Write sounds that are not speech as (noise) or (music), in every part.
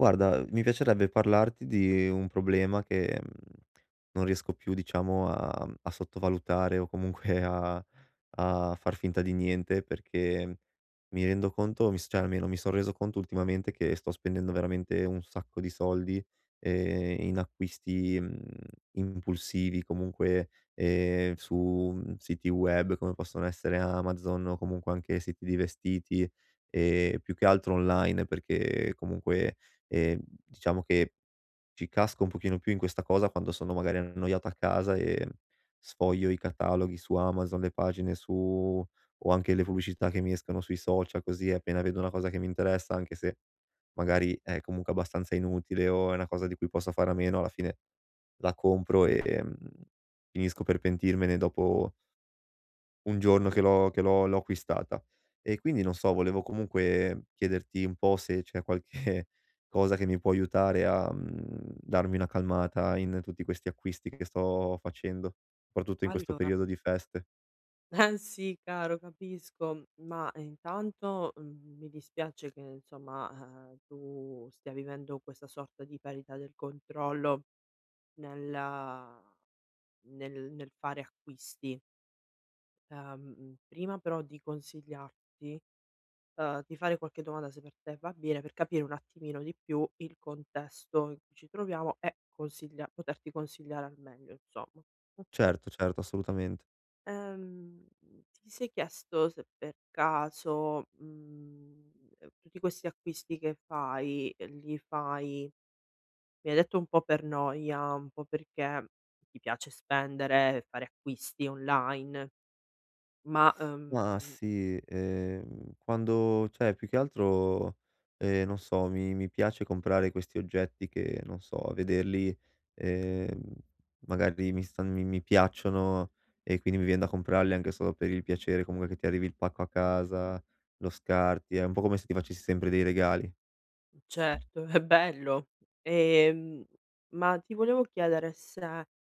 Guarda, mi piacerebbe parlarti di un problema che, non riesco più diciamo a sottovalutare o comunque a far finta di niente, perché mi rendo conto mi s cioè almeno mi son reso conto ultimamente che sto spendendo veramente un sacco di soldi, in acquisti, impulsivi comunque, su, siti web come possono essere Amazon o comunque anche siti di vestiti, più che altro online perché comunque Ehm, diciamo che ci casco un pochino più in questa cosa quando sono magari annoiato a casa e sfoglio i cataloghi su Amazon, le pagine su o anche le pubblicità che mi escono sui social, così appena vedo una cosa che mi interessa, anche se magari è comunque abbastanza inutile o è una cosa di cui posso fare a meno, alla fine la compro e, finisco per pentirmene dopo un giorno che l'ho acquistata. E quindi non so, volevo comunque chiederti un po' se c'è qualche (laughs) cosa che mi può aiutare a darmi una calmata in tutti questi acquisti che sto facendo, soprattutto in questo Allora, periodo di feste. (laughs) eh sì caro, capisco, ma intanto, mi dispiace che insomma, tu stia vivendo questa sorta di parità del controllo nella nel fare acquisti. Prima però di consigliarti, di fare qualche domanda, se per te va bene, per capire un attimino di più il contesto in cui ci troviamo e consiglia poterti consigliare al meglio insomma, okay? Certo, certo, assolutamente. Ehm, Ti sei chiesto se per caso, tutti questi acquisti che fai, li fai mi hai detto un po' per noia, un po' perché ti piace spendere, fare acquisti online, ma, Ma sì, quando cioè più che altro, non so, mi piace comprare questi oggetti che, non so, a vederli, ehm, magari mi piacciono e quindi mi vien da comprarli anche solo per il piacere comunque che ti arrivi il pacco a casa, lo scarti, è un po' come se ti facessi sempre dei regali. certo, (laughs) è bello. Ehm, ma ti volevo chiedere se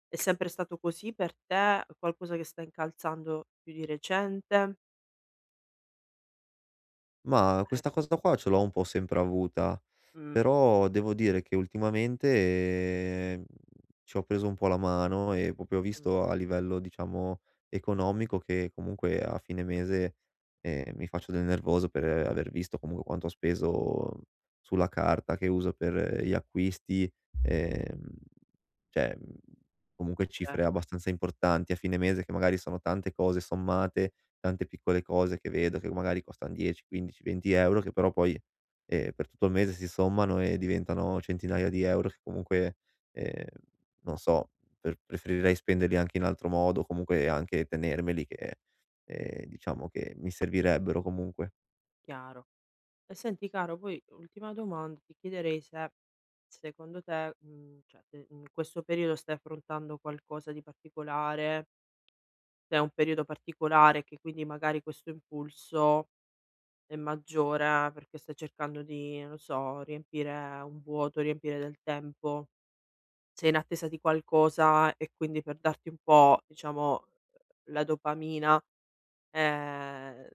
è sempre stato così per te, qualcosa che sta incalzando più di recente? Mah, questa Ehm cosa qua ce l'ho un po' sempre avuta, mh, però devo dire che ultimamente, ci ho preso un po' la mano e proprio ho mh, visto a livello, diciamo, economico che comunque a fine mese, mi faccio del nervoso per aver visto comunque quanto ho speso sulla carta che uso per gli acquisti, ehm cioè, comunque eh, cifre abbastanza importanti a fine mese che magari sono tante cose sommate, tante piccole cose che vedo che magari costan 10, 15, 20 € che però poi, per tutto il mese si sommano e diventano centinaia di euro che comunque, ehm, non so, preferirei spenderli anche in altro modo, comunque anche tenermeli che, diciamo che mi servirebbero comunque. Chiaro. E senti caro, poi ultima domanda, ti chiederei se secondo te, cioè se in questo periodo stai affrontando qualcosa di particolare, se è un periodo particolare che quindi magari questo impulso è maggiore perché stai cercando di, non so, riempire un vuoto, riempire del tempo, sei in attesa di qualcosa e quindi per darti un po', diciamo, la dopamina, ehm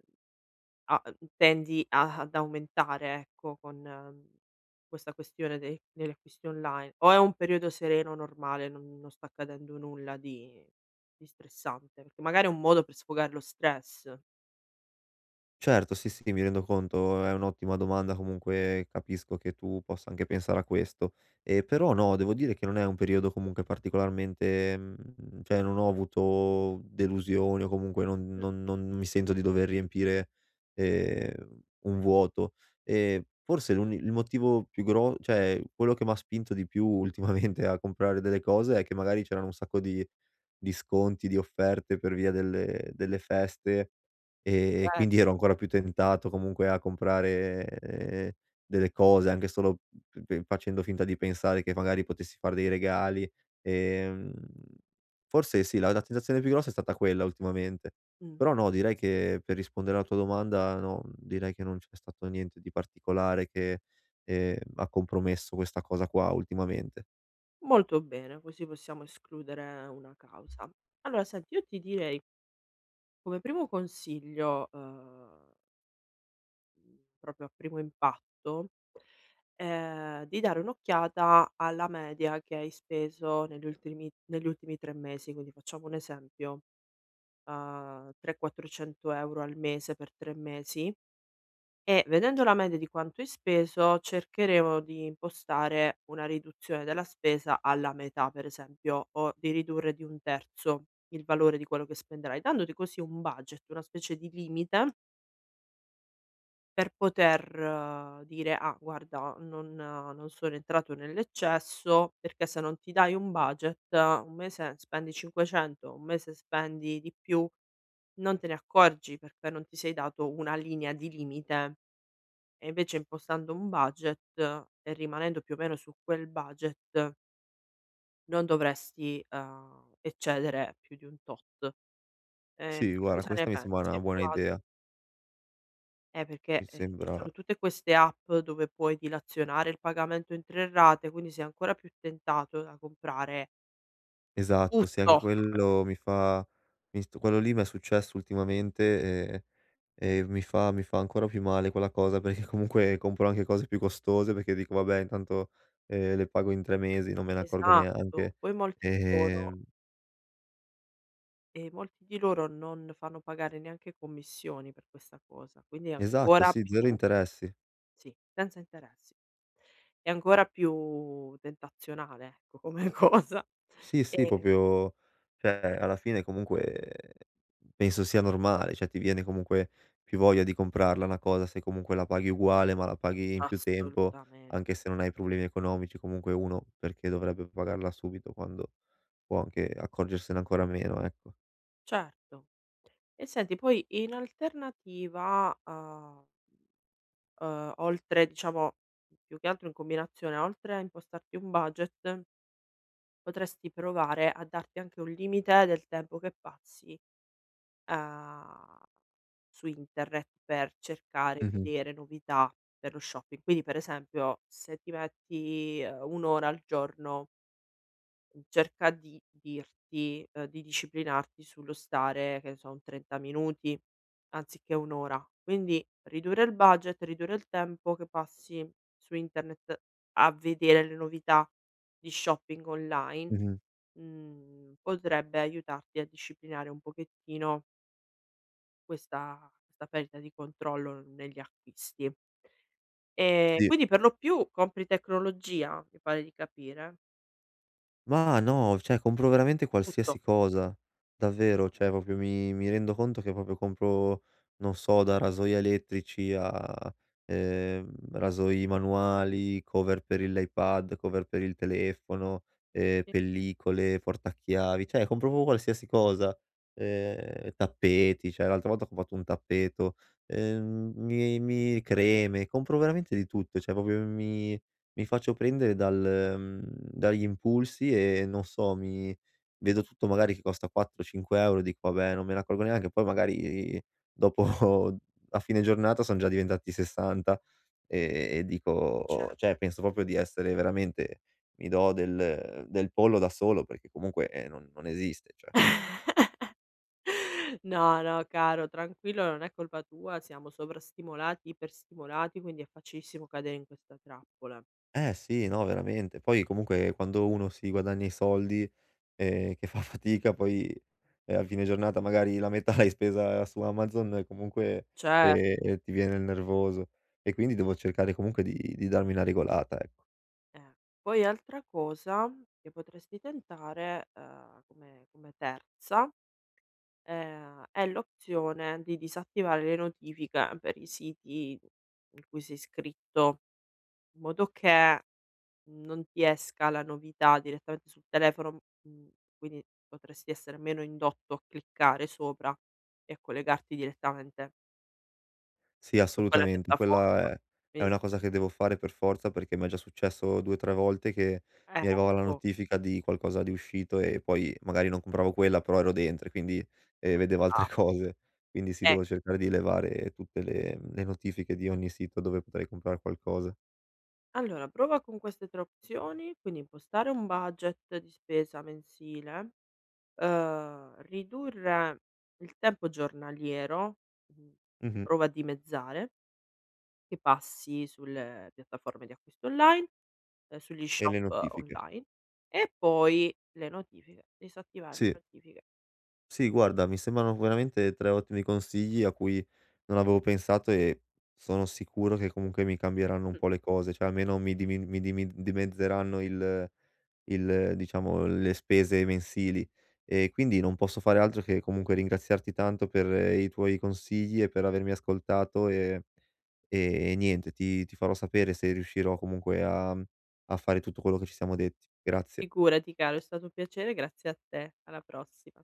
A tendi a ad aumentare, ecco, con, questa questione de degli acquisti online o è un periodo sereno, normale, non sta accadendo nulla di stressante? Perché magari è un modo per sfogare lo stress. Certo, sì, sì, mi rendo conto, è un'ottima domanda, comunque capisco che tu possa anche pensare a questo. Però no, devo dire che non è un periodo comunque particolarmente, cioè non ho avuto delusioni o comunque Mh. Non mi sento di dover riempire, ehm, un vuoto. Forse l'uni il motivo più gro cioè quello che m'ha spinto di più ultimamente a comprare delle cose è che magari c'erano un sacco di sconti, di offerte per via delle feste e Eh, quindi ero ancora più tentato comunque a comprare, delle cose anche solo p p facendo finta di pensare che magari potessi far dei regali. Ehm, Forse sì, la tentazione più grossa è stata quella ultimamente. mh, Però no, direi che per rispondere alla tua domanda, no, direi che non c'è stato niente di particolare che, ha compromesso questa cosa qua ultimamente. Molto bene, così possiamo escludere una causa. Allora senti, io ti direi come primo consiglio, mhmm, proprio a primo impatto, di dare un'occhiata alla media che hai speso negli ultimi 3 mesi. Quindi facciamo un esempio, 300, 400 € al mese per 3 mesi, e vedendo la media di quanto hai speso cercheremo di impostare una riduzione della spesa alla metà, per esempio, o di ridurre di 1/3 il valore di quello che spenderai, dandoti così un budget, una specie di limite per poter dire: "Ah guarda non non sono entrato nell'eccesso", perché se non ti dai un budget, un mese spendi 500, un mese spendi di più, non te ne accorgi perché non ti sei dato una linea di limite, e invece impostando un budget e rimanendo più o meno su quel budget non dovresti, eccedere più di un tot. Ehm, Sì, guarda Cosa ne questa mi sembra pensi? Hai una buona provat idea. Perché, Mi ci sembra sono tutte queste app dove puoi dilazionare il pagamento in 3 rate, quindi sei ancora più tentato da comprare esatto, sì, tutto. anche quello mi fa mi st quello lì mi è successo ultimamente, e e mi fa ancora più male quella cosa, (laughs) perché comunque compro anche cose più costose, perché dico: "Vabbè intanto, le pago in 3 mesi, non me ne accorgo Esatto, neanche". poi molti di loro Ehm e molti di loro non fanno pagare neanche commissioni per questa cosa, quindi è esatto, ancora sì, più 0 interessi. sì, senza interessi. È ancora più tentazionale, ecco, come (laughs) cosa. Sì, sì, Ehm, proprio cioè alla fine comunque penso sia normale, cioè ti viene comunque più voglia di comprarla una cosa se comunque la paghi uguale, ma la paghi in più tempo, Assolutamente, anche se non hai problemi economici, comunque uno perché dovrebbe pagarla subito quando può anche accorgersene ancora meno, ecco. certo. E senti poi in alternativa a oltre diciamo più che altro in combinazione, oltre a impostarti un budget, potresti provare a darti anche un limite del tempo che passi, ehm, su internet per cercare, Mh-mh, vedere novità per lo shopping. Quindi per esempio se ti metti, 1 ora al giorno, cerca di dirti, di disciplinarti sullo stare, che ne so, un 30 minuti anziché 1 ora. Quindi ridurre il budget, ridurre il tempo che passi su internet a vedere le novità di shopping online, mh-mh, potrebbe aiutarti a disciplinare un pochettino questa perdita di controllo negli acquisti. Sì. Quindi per lo più compri tecnologia, mi pare di capire? Ma no, cioè compro veramente Tutto? qualsiasi cosa, davvero, Eh. cioè proprio mi rendo conto che proprio compro, non so, da rasoi elettrici a, rasoi manuali, cover per il l'iPad, cover per il telefono, Sì, sì. pellicole, portachiavi, cioè compro proprio qualsiasi cosa, tappeti, cioè l'altra volta ho comprato un tappeto, mi creme, compro veramente di tutto, cioè proprio mi faccio prendere dal dagli impulsi e non so, mi vedo tutto magari che costa 4, 5 € dico: "Vabbè, non me ne accorgo neanche", poi magari dopo (laughs) a fine giornata son già diventati 60 e Cioè. dico cioè penso proprio di essere veramente mi do del pollo da solo perché comunque, non non esiste, cioè. No, no caro, tranquillo, non è colpa tua, siamo sovrastimolati, iperstimolati, quindi è facilissimo cadere in questa trappola. Eh sì, no veramente. Poi comunque quando uno si guadagna i soldi, che fa fatica poi e a fine giornata magari la metà l'hai spesa su Amazon e comunque, Cioè, e ti viene il nervoso. E quindi devo cercare comunque di darmi una regolata, ecco. eh. Poi altra cosa che potresti tentare, come terza, è l'opzione di disattivare le notifiche per i siti in cui sei iscritto, in modo che non ti esca la novità direttamente sul telefono, quindi potresti essere meno indotto a cliccare sopra e a collegarti direttamente Sì, su quella assolutamente, piattaforma. quella è Quindi una cosa che devo fare per forza perché m'è già successo 2, 3 volte che mi arrivava la ecco, notifica di qualcosa di uscito e poi magari non compravo quella, però ero dentro e quindi, vedevo altre (laughs) brava, cose. Quindi sì, devo ecco. cercare di levare tutte le notifiche di ogni sito dove potrei comprar qualcosa. Allora prova con queste 3 opzioni, quindi impostare un budget di spesa mensile, ridurre il tempo giornaliero, mhmm, Mh-mh. prova a dimezzare, che passi sulle piattaforme di acquisto online sugli E le shop notifiche. online, e poi le notifiche, disattivare le Sì. notifiche. Sì, guarda, mi sembrano veramente 3 ottimi consigli a cui non avevo pensato e sono sicuro che comunque mi cambieranno un Mh, po' le cose, cioè almeno mi dimi dimezzeranno il diciamo, le spese mensili. E quindi non posso fare altro che comunque ringraziarti tanto per i tuoi consigli e per avermi ascoltato e niente, ti farò sapere se riuscirò comunque a fare tutto quello che ci siamo detti. Grazie. Figurati caro, è stato un piacere, grazie a te. Alla prossima.